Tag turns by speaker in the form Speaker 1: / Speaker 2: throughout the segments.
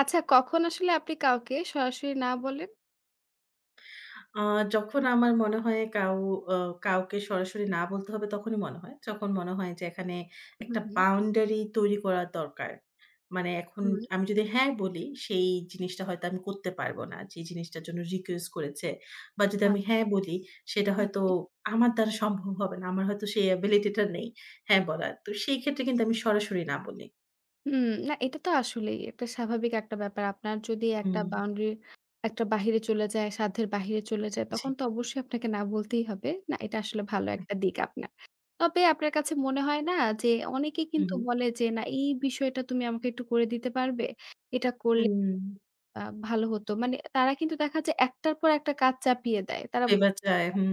Speaker 1: আচ্ছা কখন আসলে আপনি কাউকে সরাসরি না বলেন?
Speaker 2: আ যখন আমার মনে হয় আ কাউকে সরাসরি না বলতে হবে তখনই মনে হয়। যখন মনে হয় যে এখানে
Speaker 1: হু,
Speaker 2: একটা
Speaker 1: হু,
Speaker 2: বাউন্ডারি তৈরি করা দরকার। মানে এখন
Speaker 1: হুম।
Speaker 2: আমি যদি হ্যাঁ বলি সেই জিনিসটা হয়তো আমি করতে পারবো না। যে জিনিসটার জন্য রিকোয়েস্ট করেছে। বা যদি
Speaker 1: আচ্ছা,
Speaker 2: আমি হ্যাঁ বলি সেটা হয়তো
Speaker 1: জি।
Speaker 2: আমার দ্বারা সম্ভব হবে না। আমার হয়তো সেই এবিলিটি টা নেই হ্যাঁ বলার। তো সেই ক্ষেত্রে কিন্তু আমি সরাসরি না বলি।
Speaker 1: হুম, হুম, না এটা তো আসলেই একটা স্বাভাবিক একটা ব্যাপার। আপনার যদি একটা
Speaker 2: হুম,
Speaker 1: বাউন্ডারি একটা বাহিরে চলে যায়, সাধ্যের বাহিরে চলে যায়
Speaker 2: জি।
Speaker 1: তখন তো অবশ্যই আপনাকে না বলতেই হবে। না এটা আসলে ভালো একটা দিক আপনার। তবে আপনার কাছে মনে হয় না যে অনেকে
Speaker 2: হুম,
Speaker 1: কিন্তু
Speaker 2: হুম।
Speaker 1: বলে যে না এই বিষয়টা তুমি আমাকে একটু করে দিতে পারবে? এটা করলে
Speaker 2: হুম,
Speaker 1: আ ভালো হতো। মানে তারা কিন্তু দেখা যায় একটার পর একটা কাজ চাপিয়ে দেয়। তারা
Speaker 2: ফেভার চায়। হুম।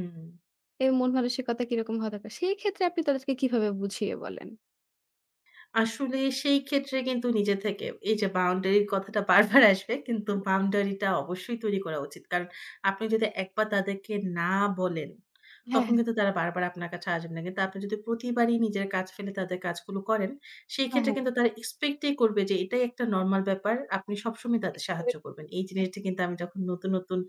Speaker 1: এর মন মানসিকতা কিরকম হওয়া দরকার? সেই ক্ষেত্রে আপনি তাদেরকে কিভাবে বুঝিয়ে বলেন?
Speaker 2: আসলে সেই ক্ষেত্রে কিন্তু নিজে থেকে এই যে বাউন্ডারির কথাটা বারবার আসবে কিন্তু বাউন্ডারিটা অবশ্যই তৈরি করা উচিত। কারণ আপনি যদি একবার তাদেরকে না বলেন,
Speaker 1: হ্যাঁ,
Speaker 2: তখন
Speaker 1: হ্যাঁ,
Speaker 2: কিন্তু তারা বারবার আপনার কাছে আসবে না। কিন্তু আপনি যদি প্রতিবারই নিজের কাজ ফেলে তাদের কাজগুলো করেন, সেই
Speaker 1: হ্যাঁ,
Speaker 2: ক্ষেত্রে
Speaker 1: হ্যাঁ।
Speaker 2: কিন্তু তারা এক্সপেক্টই করবে যে এটাই একটা নরমাল ব্যাপার। আপনি সবসময় তাদের
Speaker 1: এটা করে
Speaker 2: সাহায্য করবেন। এই জিনিসটা কিন্তু আমি যখন নতুন, নতুন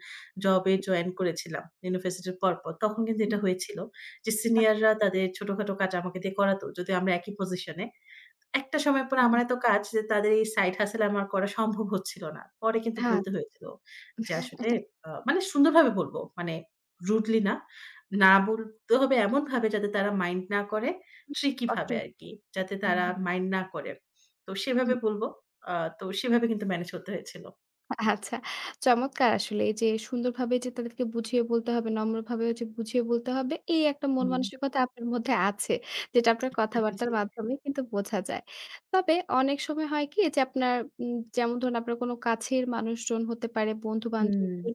Speaker 2: জবে জয়েন
Speaker 1: হ্যাঁ,
Speaker 2: করেছিলাম ইউনিভার্সিটির পরপর, তখন কিন্তু এটা হয়েছিল যে
Speaker 1: হ্যাঁ।
Speaker 2: সিনিয়ররা তাদের ছোটখাটো কাজ আমাকে দিয়ে করাতো। যদিও আমরা একই পজিশনে। একটা সময় পরে
Speaker 1: হুম,
Speaker 2: আমার এত কাজ যে তাদের এই সাইড হাসেল আমার করা সম্ভব হচ্ছিল না। পরে কিন্তু
Speaker 1: হ্যাঁ,
Speaker 2: বলতে হয়েছিল যে আসলে
Speaker 1: আচ্ছা,
Speaker 2: মানে সুন্দরভাবে বলব। মানে রুডলি না। না বলতে হবে এমনভাবে যাতে তারা মাইন্ড না করে। ট্রিকি
Speaker 1: কষ্ট
Speaker 2: ভাবে
Speaker 1: না।
Speaker 2: আরকি। যাতে তারা
Speaker 1: হুম,
Speaker 2: মাইন্ড না করে। তো
Speaker 1: হুম।
Speaker 2: সেভাবে বলব। আ তো সেভাবে কিন্তু মেনেজ করতে হয়েছিল।
Speaker 1: আচ্ছা, চমৎকার আসলে এই যে সুন্দরভাবে যে তাদেরকে বুঝিয়ে বলতে হবে, নম্রভাবে যে বুঝিয়ে বলতে হবে এই একটা মন
Speaker 2: হুম।
Speaker 1: মানসিকতা আপনার মধ্যে আছে। যেটা আপনার
Speaker 2: আ জি।
Speaker 1: কথাবার্তার মাধ্যমে কিন্তু বোঝা যায়। তবে অনেক সময় হয় কি যে আপনার যেমন ধরুন আপনার কোন কাছের মানুষজন হতে পারে বন্ধু-বান্ধব
Speaker 2: হুম।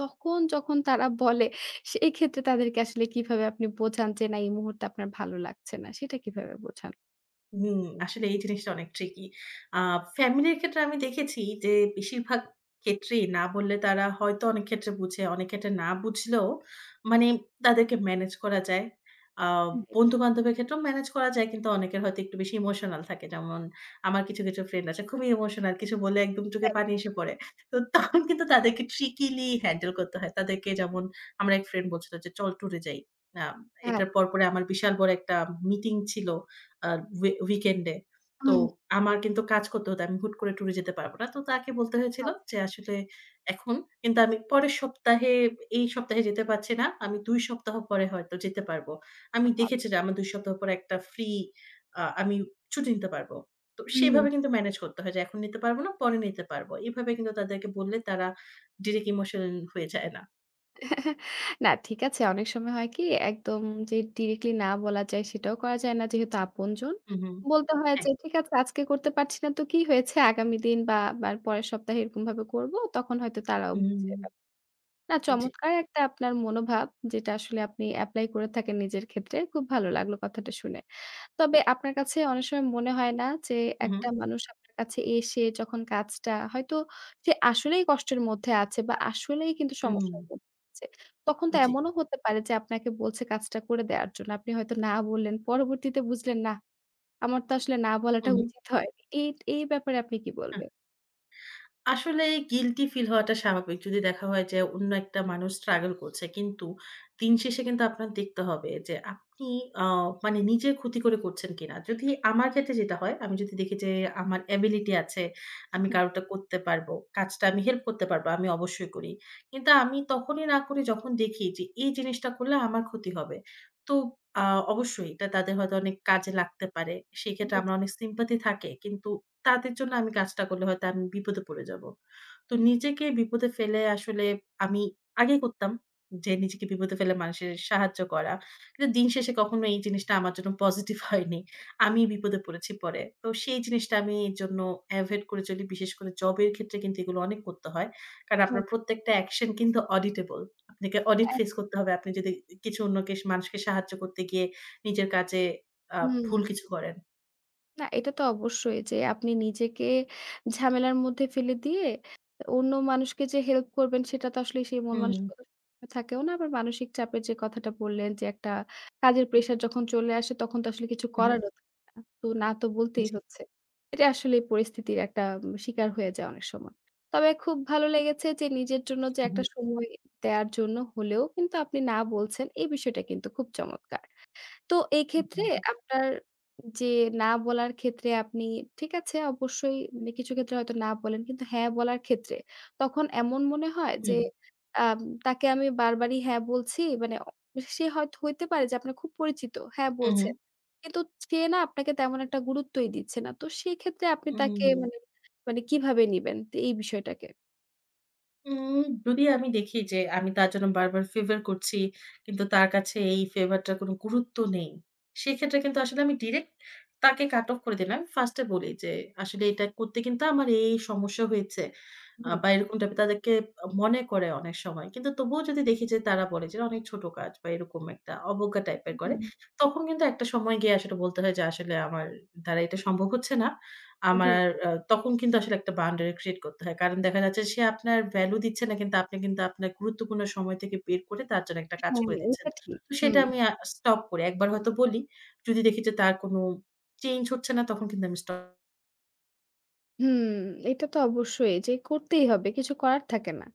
Speaker 1: তখন যখন তারা বলে, সেই ক্ষেত্রে তাদেরকে আসলে কিভাবে আপনি বোঝান যে না এই মুহূর্তে আপনার ভালো লাগছে না, সেটা কিভাবে বোঝান?
Speaker 2: হুম, আসলে এই জিনিসটা অনেক ট্রিকি। আ ফ্যামিলির ক্ষেত্রে আমি দেখেছি যে বেশিরভাগ ক্ষেত্রেই না বললে তারা হয়তো অনেক ক্ষেত্রে বুঝে, অনেক ক্ষেত্রে না বুঝলেও মানে তাদেরকে ম্যানেজ করা যায়। আ
Speaker 1: হুম।
Speaker 2: বন্ধু-বান্ধবের ক্ষেত্রেও ম্যানেজ করা যায় কিন্তু অনেকের হয়তো একটু বেশি ইমোশনাল থাকে। যেমন আমার কিছু, কিছু ফ্রেন্ড আছে খুবই ইমোশনাল। কিছু বললে একদম চোখে পানি এসে পড়ে। তো তখন কিন্তু তাদেরকে ট্রিকিলি হ্যান্ডেল করতে হয়। তাদেরকে যেমন আমার এক ফ্রেন্ড বলছিল যে, "চল ট্যুরে যাই।" আ
Speaker 1: হ্যাঁ,
Speaker 2: এটার পরপরে আমার বিশাল বড় একটা মিটিং ছিল। আ উই উইকেন্ডে। তো
Speaker 1: হুম,
Speaker 2: আমার কিন্তু কাজ করতে হতো। আমি হুট করে ট্যুরে যেতে পারব না। তো তাকে বলতে হয়েছিল
Speaker 1: আচ্ছা,
Speaker 2: যে আসলে এখন কিন্তু আমি পরের সপ্তাহে এই সপ্তাহে যেতে পারছি না। আমি ২ সপ্তাহ পরে হয়তো যেতে পারব। আমি
Speaker 1: আচ্ছা।
Speaker 2: দেখেছি যে আমার ২ সপ্তাহ পরে একটা ফ্রি আমি ছুটি নিতে পারব। তো
Speaker 1: হুম, হুম।
Speaker 2: সেভাবে কিন্তু ম্যানেজ করতে হয় যে এখন নিতে পারব না, পরে নিতে পারব। এভাবে কিন্তু তাদেরকে বললে তারা ডিরেক্ট ইমোশনাল হয়ে যায় না।
Speaker 1: না ঠিক আছে। অনেক সময় হয় কি একদম যে ডিরেক্টলি না বলা যায় সেটাও করা যায় না যেহেতু আপনজন।
Speaker 2: হু, হু।
Speaker 1: বলতে হয়
Speaker 2: হ্যাঁ।
Speaker 1: যে ঠিক আছে আজকে করতে পারছি না তো কি হয়েছে আগামী দিন বা আবার পরের সপ্তাহে এরকমভাবে করব। তখন হয়তো তারাও বুঝে
Speaker 2: হুম,
Speaker 1: যাবে। না
Speaker 2: জি।
Speaker 1: চমৎকার একটা আপনার মনোভাব যেটা আসলে আপনি এপ্লাই করে থাকেন নিজের ক্ষেত্রে। খুব ভালো লাগলো কথাটা শুনে। তবে আপনার কাছে অনেক সময় মনে হয় না যে
Speaker 2: হু, হু।
Speaker 1: একটা মানুষ আপনার কাছে এসে যখন কাজটা হয়তো সে আসলেই কষ্টের মধ্যে আছে বা আসলেই কিন্তু
Speaker 2: হুম,
Speaker 1: সমস্যার মধ্যে আছে। তখন তো
Speaker 2: জি।
Speaker 1: এমনও হতে পারে যে আপনাকে বলছে কাজটা করে দেওয়ার জন্য। আপনি হয়তো না বললেন। পরবর্তীতে বুঝলেন না, আমার তো আসলে না
Speaker 2: হু,
Speaker 1: বলাটা
Speaker 2: হু।
Speaker 1: উচিত হয়নি। এই এই ব্যাপারে আপনি কি
Speaker 2: হ্যাঁ।
Speaker 1: বলবেন?
Speaker 2: আসলে গিল্টি ফিল হওয়াটা স্বাভাবিক। যদি দেখা হয় যে অন্য একটা মানুষ স্ট্রাগল করছে। কিন্তু দিন শেষে কিন্তু আপনার দেখতে হবে যে আপনি আ মানে নিজে ক্ষতি করে করছেন কিনা? যদি আমার ক্ষেত্রে যেটা হয়, আমি যদি দেখি যে আমার এবিলিটি আছে, আমি
Speaker 1: হুম,
Speaker 2: কারোটা করতে পারবো, কাজটা আমি হেল্প করতে পারবো, আমি অবশ্যই করি। কিন্তু আমি তখনই না করি যখন দেখি যে এই জিনিসটা করলে আমার ক্ষতি হবে। তো আ অবশ্যই এটা তাদের হয়তো অনেক কাজে লাগতে পারে। সেক্ষেত্রে আমার অনেক সিম্প্যাথি থাকে। কিন্তু তাদের জন্য আমি কাজটা করলে হয়তো আমি বিপদে পড়ে যাব। তো
Speaker 1: হুম।
Speaker 2: নিজেকে বিপদে ফেলে আসলে আমি আগে করতাম যে নিজেকে বিপদে ফেলে মানুষের সাহায্য করা। কিন্তু দিন শেষে কখনো এই জিনিসটা আমার জন্য পজিটিভ হয়নি। আমি বিপদে পড়েছি পরে। তো সেই জিনিসটা আমি এর জন্য এভয়েড করে চলি। বিশেষ করে জবের ক্ষেত্রে কিন্তু এগুলো অনেক করতে হয়। কারণ আপনার প্রত্যেকটা অ্যাকশন কিন্তু অডিটেবল। আপনাকে অডিট ফেস করতে হবে। আপনি যদি কিছু অন্যকে মানুষকে সাহায্য করতে গিয়ে নিজের কাজে আ
Speaker 1: হুম।
Speaker 2: ভুল কিছু করেন।
Speaker 1: না, এটা তো অবশ্যই যে আপনি নিজেকে ঝামেলার মধ্যে ফেলে দিয়ে অন্য মানুষকে যে হেল্প করবেন সেটা তো আসলে সেই মন
Speaker 2: হুম,
Speaker 1: মানসিকতা থাকেও না। আবার মানসিক চাপের যে কথাটা বললেন যে একটা কাজের প্রেশার যখন চলে আসে তখন তো আসলে কিছু
Speaker 2: হুম,
Speaker 1: করারও থাকে না। তো না তো বলতেই
Speaker 2: জি।
Speaker 1: হচ্ছে। এটা আসলে পরিস্থিতির একটা শিকার হয়ে যায় অনেক সময়। তবে খুব ভালো লেগেছে যে নিজের জন্য যে
Speaker 2: হুম, হুম।
Speaker 1: একটা সময় দেয়ার জন্য হলেও কিন্তু আপনি না বলছেন এই বিষয়টা কিন্তু খুব চমৎকার। তো এক্ষেত্রে
Speaker 2: হুম,
Speaker 1: আপনার যে না বলার ক্ষেত্রে আপনি ঠিক আছে অবশ্যই মানে কিছু ক্ষেত্রে হয়তো না বলেন। কিন্তু হ্যাঁ বলার ক্ষেত্রে তখন এমন মনে হয় যে আম তাকে আমি বারবারই হ্যাঁ বলছি মানে সে হয়তো হইতে পারে যে আপনার খুব পরিচিত। হ্যাঁ
Speaker 2: হুম, হুম,
Speaker 1: বলছেন। কিন্তু সে না আপনাকে তেমন একটা গুরুত্বই দিচ্ছে না। তো সেক্ষেত্রে আপনি তাকে
Speaker 2: হুম।
Speaker 1: মানে মানে কিভাবে নিবেন তো এই বিষয়টাকে?
Speaker 2: উম যদি আমি দেখি যে আমি তার জন্য বারবার ফেভার করছি, কিন্তু তার কাছে এই ফেভারটার কোনো গুরুত্ব নেই। সেক্ষেত্রে কিন্তু আসলে আমি ডিরেক্ট তাকে কাট অফ করে দিলাম। ফার্স্ট এ বলি যে আসলে এটা করতে কিন্তু আমার এই সমস্যা হয়েছে।
Speaker 1: হুম,
Speaker 2: বা এরকম টাইপের তাদেরকে মনে করে অনেক সময়। কিন্তু তবুও যদি দেখি যে তারা বলে যে অনেক ছোট কাজ বা এরকম একটা অবজ্ঞা টাইপের করে,
Speaker 1: হুম,
Speaker 2: তখন কিন্তু একটা সময় গিয়ে আসলে বলতে হয় যে আসলে আমার দ্বারা এটা সম্ভব হচ্ছে না।
Speaker 1: জি,
Speaker 2: আমার তখন কিন্তু আসলে একটা বাউন্ডারি ক্রিয়েট করতে হয়। কারণ দেখা যাচ্ছে সে আপনার ভ্যালু দিচ্ছে না কিন্তু আপনি কিন্তু আপনার গুরুত্বপূর্ণ সময় থেকে বের করে তার জন্য একটা কাজ
Speaker 1: হ্যাঁ,
Speaker 2: করে দিচ্ছেন।
Speaker 1: এটা ঠিক।
Speaker 2: তো সেটা
Speaker 1: হুম,
Speaker 2: আমি স্টপ করি। একবার হয়তো বলি, যদি দেখি যে তার কোনো চেঞ্জ হচ্ছে না তখন কিন্তু আমি স্টপ
Speaker 1: হুম, এটা তো অবশ্যই যে করতেই হবে। কিছু করার থাকে না।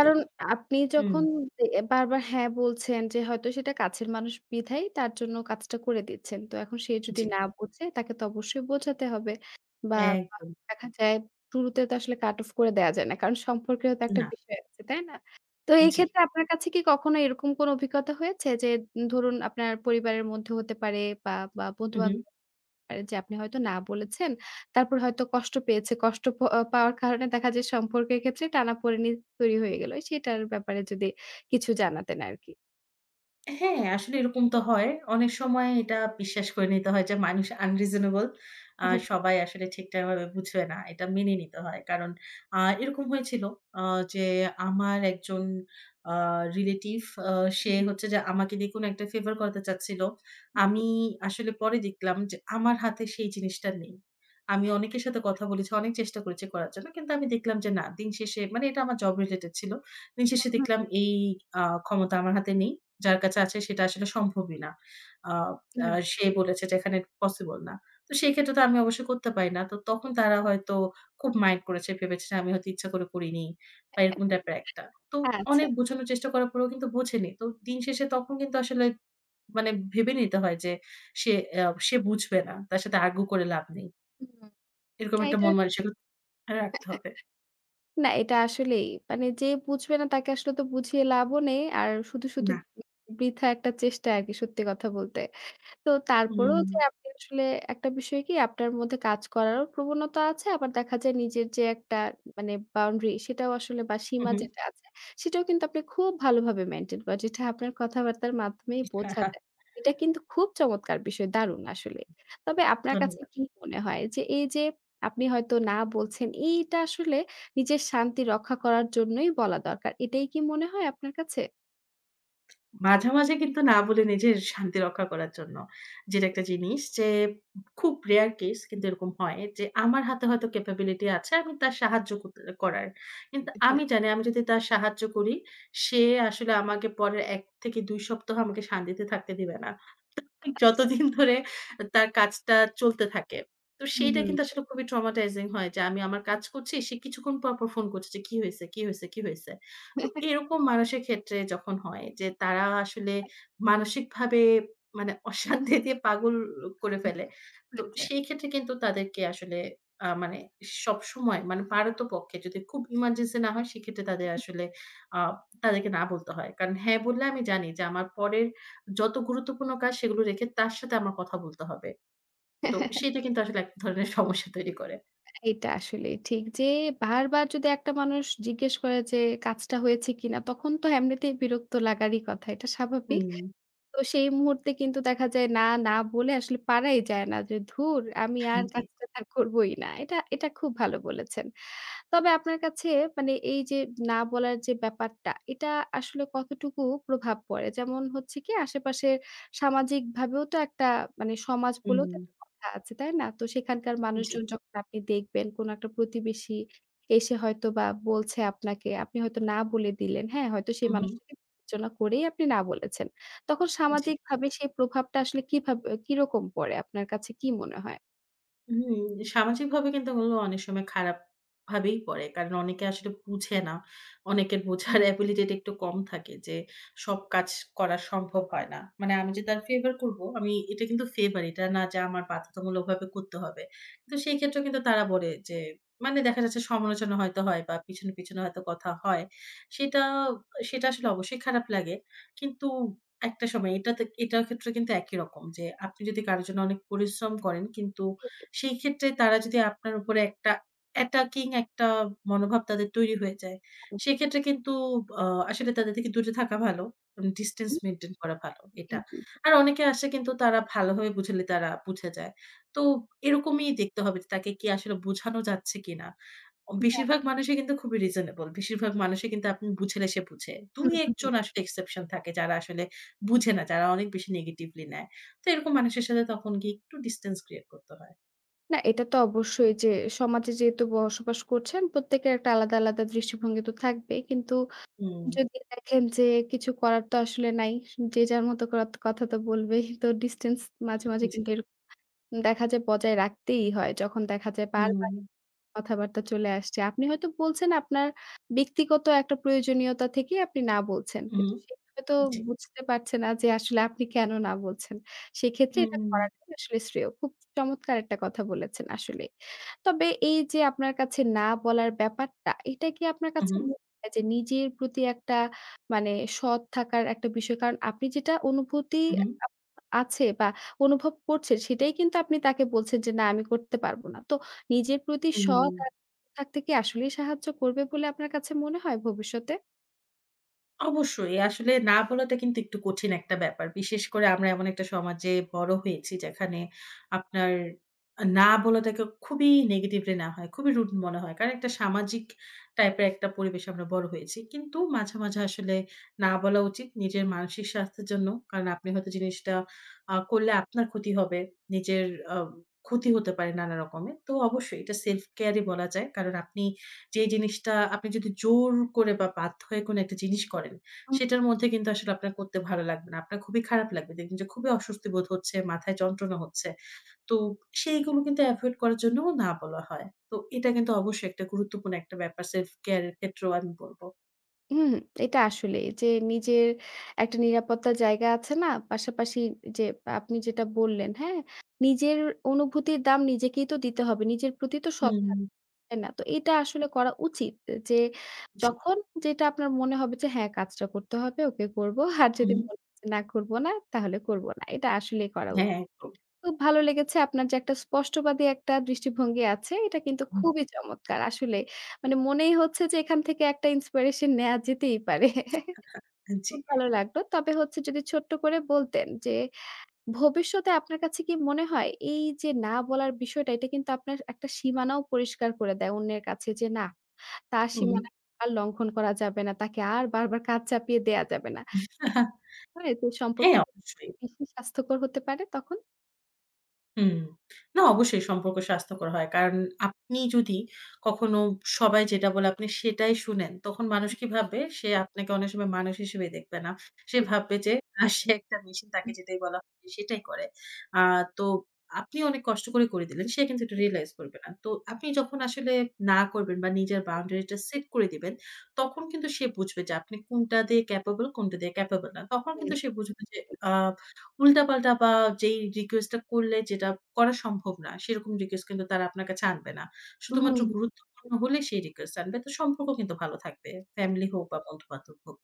Speaker 2: দেই।
Speaker 1: আপনি
Speaker 2: হুম,
Speaker 1: যখন দে বারবার হ্যাঁ বলছেন যে হয়তো সেটা কাছের মানুষ বিধায় তার জন্য কাজটা করে দিচ্ছেন। তো এখন সে যদি
Speaker 2: জি,
Speaker 1: না বোঝে তাকে তো অবশ্যই বোঝাতে হবে। বা বা
Speaker 2: একদম।
Speaker 1: দেখা যায় শুরুতে তো আসলে কাট অফ করে দেয়া যায় না। কারণ সম্পর্কেরও তো একটা
Speaker 2: না,
Speaker 1: বিষয় আছে, তাই না? তো এই
Speaker 2: জি।
Speaker 1: ক্ষেত্রে আপনার কাছে কি কখনো এরকম কোনো অভিজ্ঞতা হয়েছে যে ধরুন আপনার পরিবারের মধ্যে হতে পারে বা, বা
Speaker 2: হু, হু।
Speaker 1: বন্ধু-বান্ধব পারে যে আপনি হয়তো না বলেছেন। তারপর হয়তো কষ্ট পেয়েছে। কষ্ট প আ পাওয়ার কারণে দেখা যায় সম্পর্কের ক্ষেত্রে টানাপোড়েনি তৈরি হয়ে গেল। সেটার ব্যাপারে যদি কিছু জানাতেন আরকি।
Speaker 2: হ্যাঁ, আসলে এরকম তো হয়। অনেক সময় এটা বিশ্বাস করে নিতে হয় যে মানুষ unreasonable সবাই আসলে ঠিকঠাকভাবে বুঝবে না। এটা মেনে নিতে হয়। কারণ এরকম হয়েছিল আ যে আমার একজন আ রিলেটিভ আ সে হচ্ছে যে আমাকে দিয়ে কোনো একটা ফেভার করাতে চাচ্ছিল। আমি আসলে পরে দেখলাম যে আমার হাতে সেই জিনিসটা নেই। আমি অনেকের সাথে কথা বলেছি, অনেক চেষ্টা করেছি করার জন্য। কিন্তু আমি দেখলাম যে না, দিন শেষে মানে এটা আমার জব রিলেটেড ছিল। দিন শেষে দেখলাম এই ক্ষমতা আমার হাতে নেই। যার কাছে আছে সেটা আসলে সম্ভবই না। আ
Speaker 1: জি।
Speaker 2: আ সে বলেছে যে এখানে পসিবল না। তো সেই ক্ষেত্রে তো আমি অবশ্যই করতে পারি না। তো তখন তারা হয়তো খুব মাইন্ড করেছে, ভেবেছে যে আমি হয়তো ইচ্ছা করে করিনি বা এরকম ব্যাপার একটা। তো
Speaker 1: আচ্ছা,
Speaker 2: অনেক
Speaker 1: আচ্ছা।
Speaker 2: বোঝানোর চেষ্টা করার পরেও কিন্তু বোঝেনি। তো দিন শেষে তখন কিন্তু আসলে মানে ভেবে নিতে হয় যে সে আ সে বুঝবে না। তার সাথে আর্গু করে লাভ নেই।
Speaker 1: হুম।
Speaker 2: এরকম
Speaker 1: না
Speaker 2: একটা
Speaker 1: এটা
Speaker 2: মন মানসিকতা রাখতে হবে।
Speaker 1: না এটা আসলেই মানে যে বুঝবে না তাকে আসলে তো বুঝিয়ে লাভও নেই। আর শুধু, শুধু
Speaker 2: না।
Speaker 1: বৃথা একটা চেষ্টা আরকি সত্যি কথা বলতে। তো
Speaker 2: হুম,
Speaker 1: তারপরেও
Speaker 2: হুম।
Speaker 1: যে আপনি আসলে একটা বিষয় কি আপনার মধ্যে কাজ করারও প্রবণতা আছে। আবার দেখা যায় নিজের যে একটা মানে বাউন্ডারি সেটাও আসলে বা সীমা
Speaker 2: হুম।
Speaker 1: যেটা আছে সেটাও কিন্তু আপনি খুব ভালোভাবে মেইনটেইন করেন। যেটা আপনার কথাবার্তার মাধ্যমেই
Speaker 2: হ্যাঁ,
Speaker 1: বোঝা
Speaker 2: হ্যাঁ,
Speaker 1: যায়। এটা কিন্তু খুব চমৎকার বিষয়, দারুণ আসলে। তবে আপনার কাছে
Speaker 2: ধন্যবাদ।
Speaker 1: কি মনে হয় যে এই যে আপনি হয়তো না বলছেন এইটা আসলে নিজের শান্তি রক্ষা করার জন্যই বলা দরকার। এটাই কি মনে হয় আপনার কাছে?
Speaker 2: মাঝে, মাঝে কিন্তু না বলে নিজের শান্তি রক্ষা করার জন্য। যেটা একটা জিনিস যে খুব রেয়ার কেস কিন্তু এরকম হয় যে আমার হাতে হয়তো ক্যাপাবিলিটি আছে আমি তার সাহায্য করতে করার। কিন্তু আমি
Speaker 1: হ্যাঁ।
Speaker 2: জানি আমি যদি তার সাহায্য করি সে আসলে আমাকে পরের ১ থেকে ২ সপ্তাহ আমাকে শান্তিতে থাকতে দিবে না।
Speaker 1: আচ্ছা।
Speaker 2: যতদিন ধরে তার কাজটা চলতে থাকে। তো
Speaker 1: হুম,
Speaker 2: সেইটা
Speaker 1: হুম।
Speaker 2: কিন্তু আসলে খুবই ট্রমাটাইজিং হয় যে আমি আমার কাজ করছি সে কিছুক্ষণ পর, পর ফোন করছে যে, "কি হইছে? কি হইছে? কি হইছে?" তো এরকম মানুষের ক্ষেত্রে যখন হয় যে তারা আসলে মানসিকভাবে মানে অশান্তিতে পাগল করে ফেলে। তো
Speaker 1: হয়ে
Speaker 2: সেই ক্ষেত্রে কিন্তু তাদেরকে আসলে মানে সবসময় মানে পারতপক্ষে যদি খুব ইমার্জেন্সি না হয় সেক্ষেত্রে তাদের আসলে আ তাদেরকে না বলতে হয়। কারণ হ্যাঁ বললে আমি জানি যে আমার পরের যত গুরুত্বপূর্ণ কাজ সেগুলো রেখে তার সাথে আমার কথা বলতে হবে। তো
Speaker 1: যায়।
Speaker 2: সেটা কিন্তু আসলে এক ধরনের সমস্যা তৈরি করে।
Speaker 1: এটা আসলে ঠিক যে বারবার যদি একটা মানুষ জিজ্ঞেস করে যে কাজটা হয়েছে কিনা তখন তো এমনিতেই বিরক্ত লাগারই কথা। এটা স্বাভাবিক।
Speaker 2: হুম।
Speaker 1: তো সেই মুহূর্তে কিন্তু দেখা যায় না, না বলে আসলে পারাই যায় না যে, "ধুর! আমি আর
Speaker 2: হ্যাঁ, জি।
Speaker 1: কাজটা আর করবোই না।" এটা এটা খুব ভালো বলেছেন। তবে আপনার কাছে মানে এই যে না বলার যে ব্যাপারটা, এটা আসলে কতটুকু প্রভাব পড়ে? যেমন হচ্ছে কি আশেপাশের সামাজিকভাবেও তো একটা মানে সমাজ বলেও তো
Speaker 2: হুম।
Speaker 1: একটা কথা আছে, তাই না? তো সেখানকার
Speaker 2: জি।
Speaker 1: মানুষজন যখন আপনি দেখবেন কোনো একটা প্রতিবেশী এসে হয়তোবা বলছে আপনাকে, আপনি হয়তো না বলে দিলেন, হ্যাঁ? হয়তো সেই
Speaker 2: হুম, হুম।
Speaker 1: মানুষটাকে বিবেচনা করেই আপনি না বলেছেন। তখন
Speaker 2: জি।
Speaker 1: সামাজিকভাবে সেই প্রভাবটা আসলে কিভাবে কিরকম পড়ে? আপনার কাছে কি মনে হয়?
Speaker 2: হুম, সামাজিকভাবে কিন্তু ওগুলো অনেক সময় খারাপ ভাবেই পড়ে। কারণ অনেকে আসলে বুঝে না। অনেকের বোঝার অ্যাবিলিটি টা একটু কম থাকে যে সব কাজ করা সম্ভব হয় না। মানে আমি যে তার ফেভার করব, আমি এটা কিন্তু ফেভার। এটা না যে আমার বাধ্যতামূলকভাবে করতে হবে। কিন্তু সেই ক্ষেত্রেও কিন্তু তারা বলে যে মানে দেখা যাচ্ছে সমালোচনা হয়তো হয় বা পিছনে, পিছনে হয়তো কথা হয়। সেটা সেটা আসলে অবশ্যই খারাপ লাগে। কিন্তু একটা সময় এটাতে এটার ক্ষেত্রে কিন্তু একই রকম যে আপনি যদি কারো জন্য অনেক পরিশ্রম করেন কিন্তু সেই ক্ষেত্রে তারা যদি আপনার উপরে একটা অ্যাটাকিং একটা মনোভাব তাদের তৈরি হয়ে যায়, সেক্ষেত্রে কিন্তু আ আসলে তাদের থেকে দূরে থাকা ভালো। উম ডিসট্যান্স
Speaker 1: হুম,
Speaker 2: মেইনটেইন করা ভালো
Speaker 1: জি,
Speaker 2: এটা।
Speaker 1: জি, জি।
Speaker 2: আর অনেকে আসে কিন্তু তারা ভালোভাবে বুঝালে তারা বুঝে যায়। তো এরকমই দেখতে হবে যে তাকে কি আসলে বোঝানো যাচ্ছে কিনা। অ
Speaker 1: হ্যাঁ।
Speaker 2: বেশিরভাগ মানুষই কিন্তু খুবই রিজনেবল। বেশিরভাগ মানুষই কিন্তু আপনি বুঝালে সে বুঝে। ২
Speaker 1: হুম,
Speaker 2: ১ জন
Speaker 1: হুম।
Speaker 2: আসলে এক্সেপশন থাকে যারা আসলে বুঝে না, যারা অনেক বেশি নেগেটিভলি নেয়। তো এরকম মানুষের সাথে তখন গিয়ে একটু ডিসট্যান্স ক্রিয়েট করতে হয়।
Speaker 1: না এটা তো অবশ্যই যে সমাজে যেহেতু বসবাস করছেন প্রত্যেকের একটা আলাদা, আলাদা দৃষ্টিভঙ্গি তো থাকবেই। কিন্তু
Speaker 2: হুম,
Speaker 1: যদি দেখেন যে কিছু করার তো আসলে নাই। যে যার মতো করার তো কথা তো বলবেই। তো ডিসট্যান্স মাঝে, মাঝে
Speaker 2: জি।
Speaker 1: কিন্তু এরকম দেখা যায় বজায় রাখতেই হয়। যখন দেখা যায়
Speaker 2: হুম,
Speaker 1: বারবার কথাবার্তা চলে আসছে। আপনি হয়তো বলছেন আপনার ব্যক্তিগত একটা প্রয়োজনীয়তা থেকেই আপনি না বলছেন।
Speaker 2: হুম,
Speaker 1: কিন্তু সে হয়তো
Speaker 2: জি।
Speaker 1: বুঝতে পারছে না যে আসলে আপনি কেন না বলছেন। সেক্ষেত্রে এটা
Speaker 2: হুম,
Speaker 1: করাটাই আসলে শ্রেয়। খুব চমৎকার একটা কথা বলেছেন আসলেই। তবে এই যে আপনার কাছে না বলার ব্যাপারটা, এটা কি আপনার
Speaker 2: হু,
Speaker 1: কাছে
Speaker 2: হু,
Speaker 1: মনে হয় যে নিজের প্রতি একটা মানে সৎ থাকার একটা বিষয়? কারণ আপনি যেটা অনুভূতি
Speaker 2: হু,
Speaker 1: আপ আছে বা অনুভব করছেন সেটাই কিন্তু আপনি তাকে বলছেন যে, "না আমি করতে পারব না।" তো নিজের প্রতি
Speaker 2: হু।
Speaker 1: সৎ আর থাকতে কি আসলেই সাহায্য করবে বলে আপনার কাছে মনে হয় ভবিষ্যতে?
Speaker 2: অবশ্যই। আসলে না বলাটা কিন্তু একটু কঠিন একটা ব্যাপার। বিশেষ করে আমরা এমন একটা সমাজে বড় হয়েছি যেখানে আপনার না বলাটাকে খুবই নেগেটিভলি নেওয়া হয়। খুবই রুড মনে হয়। কারণ একটা সামাজিক টাইপের একটা পরিবেশে আমরা বড় হয়েছি। কিন্তু মাঝে, মাঝে আসলে না বলা উচিত নিজের মানসিক স্বাস্থ্যের জন্য। কারণ আপনি হয়তো জিনিসটা করলে আপনার ক্ষতি হবে। নিজের আ ক্ষতি হতে পারে নানা রকমের। তো অবশ্যই এটা সেলফ কেয়ারই বলা যায়। কারণ আপনি যে জিনিসটা আপনি যদি জোর করে বা বাধ্য হয়ে কোনো একটা জিনিস করেন,
Speaker 1: হুম,
Speaker 2: সেটার মধ্যে কিন্তু আসলে আপনার করতে ভালো লাগবে না। আপনার খুবই খারাপ লাগবে। দেখবেন যে খুবই অস্বস্তি বোধ হচ্ছে, মাথায় যন্ত্রণা হচ্ছে। তো সেইগুলো কিন্তু এভয়েড করার জন্যও না বলা হয়। তো এটা
Speaker 1: হুম।
Speaker 2: কিন্তু অবশ্যই একটা গুরুত্বপূর্ণ একটা ব্যাপার সেলফ কেয়ার এর ক্ষেত্রেও আমি বলব।
Speaker 1: হুম, এটা আসলেই যে নিজের একটা নিরাপত্তার জায়গা আছে না? পাশাপাশি যে আপনি যেটা বললেন, হ্যাঁ? নিজের অনুভূতির দাম নিজেকেই তো দিতে হবে। নিজের প্রতি তো সৎ
Speaker 2: হুম,
Speaker 1: থাকতে হবে, তাই না? তো এটা আসলে করা উচিত যে
Speaker 2: জি।
Speaker 1: যখন যেটা আপনার মনে হবে যে হ্যাঁ, কাজটা করতে হবে, ওকে করব। আর যদি
Speaker 2: হুম,
Speaker 1: মনে হচ্ছে না করব না, তাহলে করব না। এটা আসলেই করা উচিত।
Speaker 2: হ্যাঁ, একদম।
Speaker 1: খুব ভালো লেগেছে আপনার যে একটা স্পষ্টবাদী একটা দৃষ্টিভঙ্গি আছে, এটা কিন্তু
Speaker 2: হুম,
Speaker 1: খুবই চমৎকার আসলে। মানে মনেই হচ্ছে যে এখান থেকে একটা ইন্সপিরেশন নেয়া যেতেই পারে।
Speaker 2: জি।
Speaker 1: খুব ভালো লাগলো। তবে হচ্ছে যদি ছোট্ট করে বলতেন যে ভবিষ্যতে আপনার কাছে কি মনে হয় এই যে না বলার বিষয়টা এটা কিন্তু আপনার একটা সীমানাও পরিষ্কার করে দেয় অন্যের কাছে যে না, তার
Speaker 2: হুম।
Speaker 1: সীমানা আর লঙ্ঘন করা যাবে না। তাকে আর বারবার কাজ চাপিয়ে দেয়া যাবে না। হয় যে সম্পর্ক
Speaker 2: হ্যাঁ, অবশ্যই।
Speaker 1: বেশি স্বাস্থ্যকর হতে পারে তখন?
Speaker 2: হুম। না অবশ্যই সম্পর্ক স্বাস্থ্যকর হয়। কারণ আপনি যদি কখনো সবাই যেটা বলে আপনি সেটাই শুনেন, তখন মানুষ কি ভাববে? সে আপনাকে অনেক সময় মানুষ হিসেবে দেখবে না। সে ভাববে যে সে একটা মেশিন তাকে যেটাই বলা হচ্ছে সেটাই করে। আ তো আপনি অনেক কষ্ট করে, করে দিলেন। সে কিন্তু এটা রিয়ালাইজ করবে না। তো আপনি যখন আসলে না করবেন বা নিজের বাউন্ডারিটা সেট করে দিবেন, তখন কিন্তু সে বুঝবে যে আপনি কোনটা দিয়ে ক্যাপেবল, কোনটা দিয়ে ক্যাপেবল না। তখন
Speaker 1: হুম।
Speaker 2: কিন্তু সে বুঝবে যে আ উল্টাপাল্টা বা যেই রিকোয়েস্ট টা করলে যেটা করা সম্ভব না, সেরকম রিকোয়েস্ট কিন্তু তারা আপনার কাছে আনবে না। শুধুমাত্র
Speaker 1: হুম,
Speaker 2: গুরুত্বপূর্ণ হলে সেই রিকোয়েস্ট আনবে। তো সম্পর্ক কিন্তু ভালো থাকবে। ফ্যামিলি হোক বা বন্ধু-বান্ধব হোক।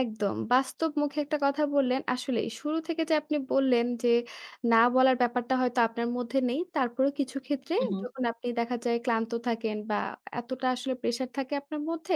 Speaker 1: একদম। বাস্তবমুখী একটা কথা বললেন। আসলেই শুরু থেকে যে আপনি বললেন যে, না বলার ব্যাপারটা হয়তো আপনার মধ্যে নেই। তারপরেও কিছু ক্ষেত্রে
Speaker 2: হু, হু।
Speaker 1: যখন আপনি দেখা যায় ক্লান্ত থাকেন বা এতটা আসলে প্রেশার থাকে আপনার মধ্যে,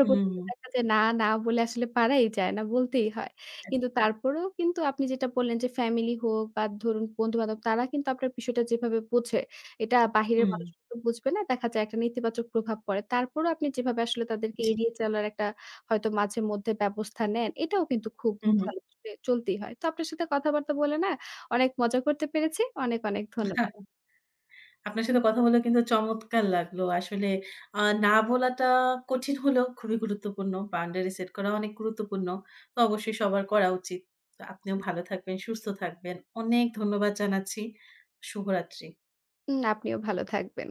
Speaker 2: হুম,
Speaker 1: দেখা যায় না, না বলে আসলে পারাই যায় না, বলতেই হয়।
Speaker 2: হ্যাঁ,
Speaker 1: কিন্তু তারপরেও কিন্তু আপনি যেটা বললেন যে ফ্যামিলি হোক বা ধরুন বন্ধু-বান্ধব তারা কিন্তু আপনার বিষয়টা যেভাবে বোঝে, এটা বাহিরের
Speaker 2: হুম,
Speaker 1: মানুষ কিন্তু বুঝবে না। দেখা যায় একটা নেতিবাচক প্রভাব পড়ে। তারপরও আপনি যেভাবে আসলে তাদেরকে
Speaker 2: জি।
Speaker 1: এড়িয়ে চলার একটা হয়তো মাঝে মধ্যে ব্যবস্থা নেন। এটাও কিন্তু খুব
Speaker 2: হুম, হুম।
Speaker 1: ভালো চলে চলতেই হয়। তো আপনার সাথে কথাবার্তা বলে না অনেক মজা করতে পেরেছি। অনেক, অনেক ধন্যবাদ।
Speaker 2: আপনার সাথে কথা বলে কিন্তু চমৎকার লাগলো। আসলে আ না বলাটা কঠিন হলেও খুবই গুরুত্বপূর্ণ। বাউন্ডারি সেট করা অনেক গুরুত্বপূর্ণ। তো অবশ্যই সবার করা উচিত। তো আপনিও ভালো থাকবেন, সুস্থ থাকবেন। অনেক ধন্যবাদ জানাচ্ছি। শুভরাত্রি।
Speaker 1: আপনিও ভালো থাকবেন।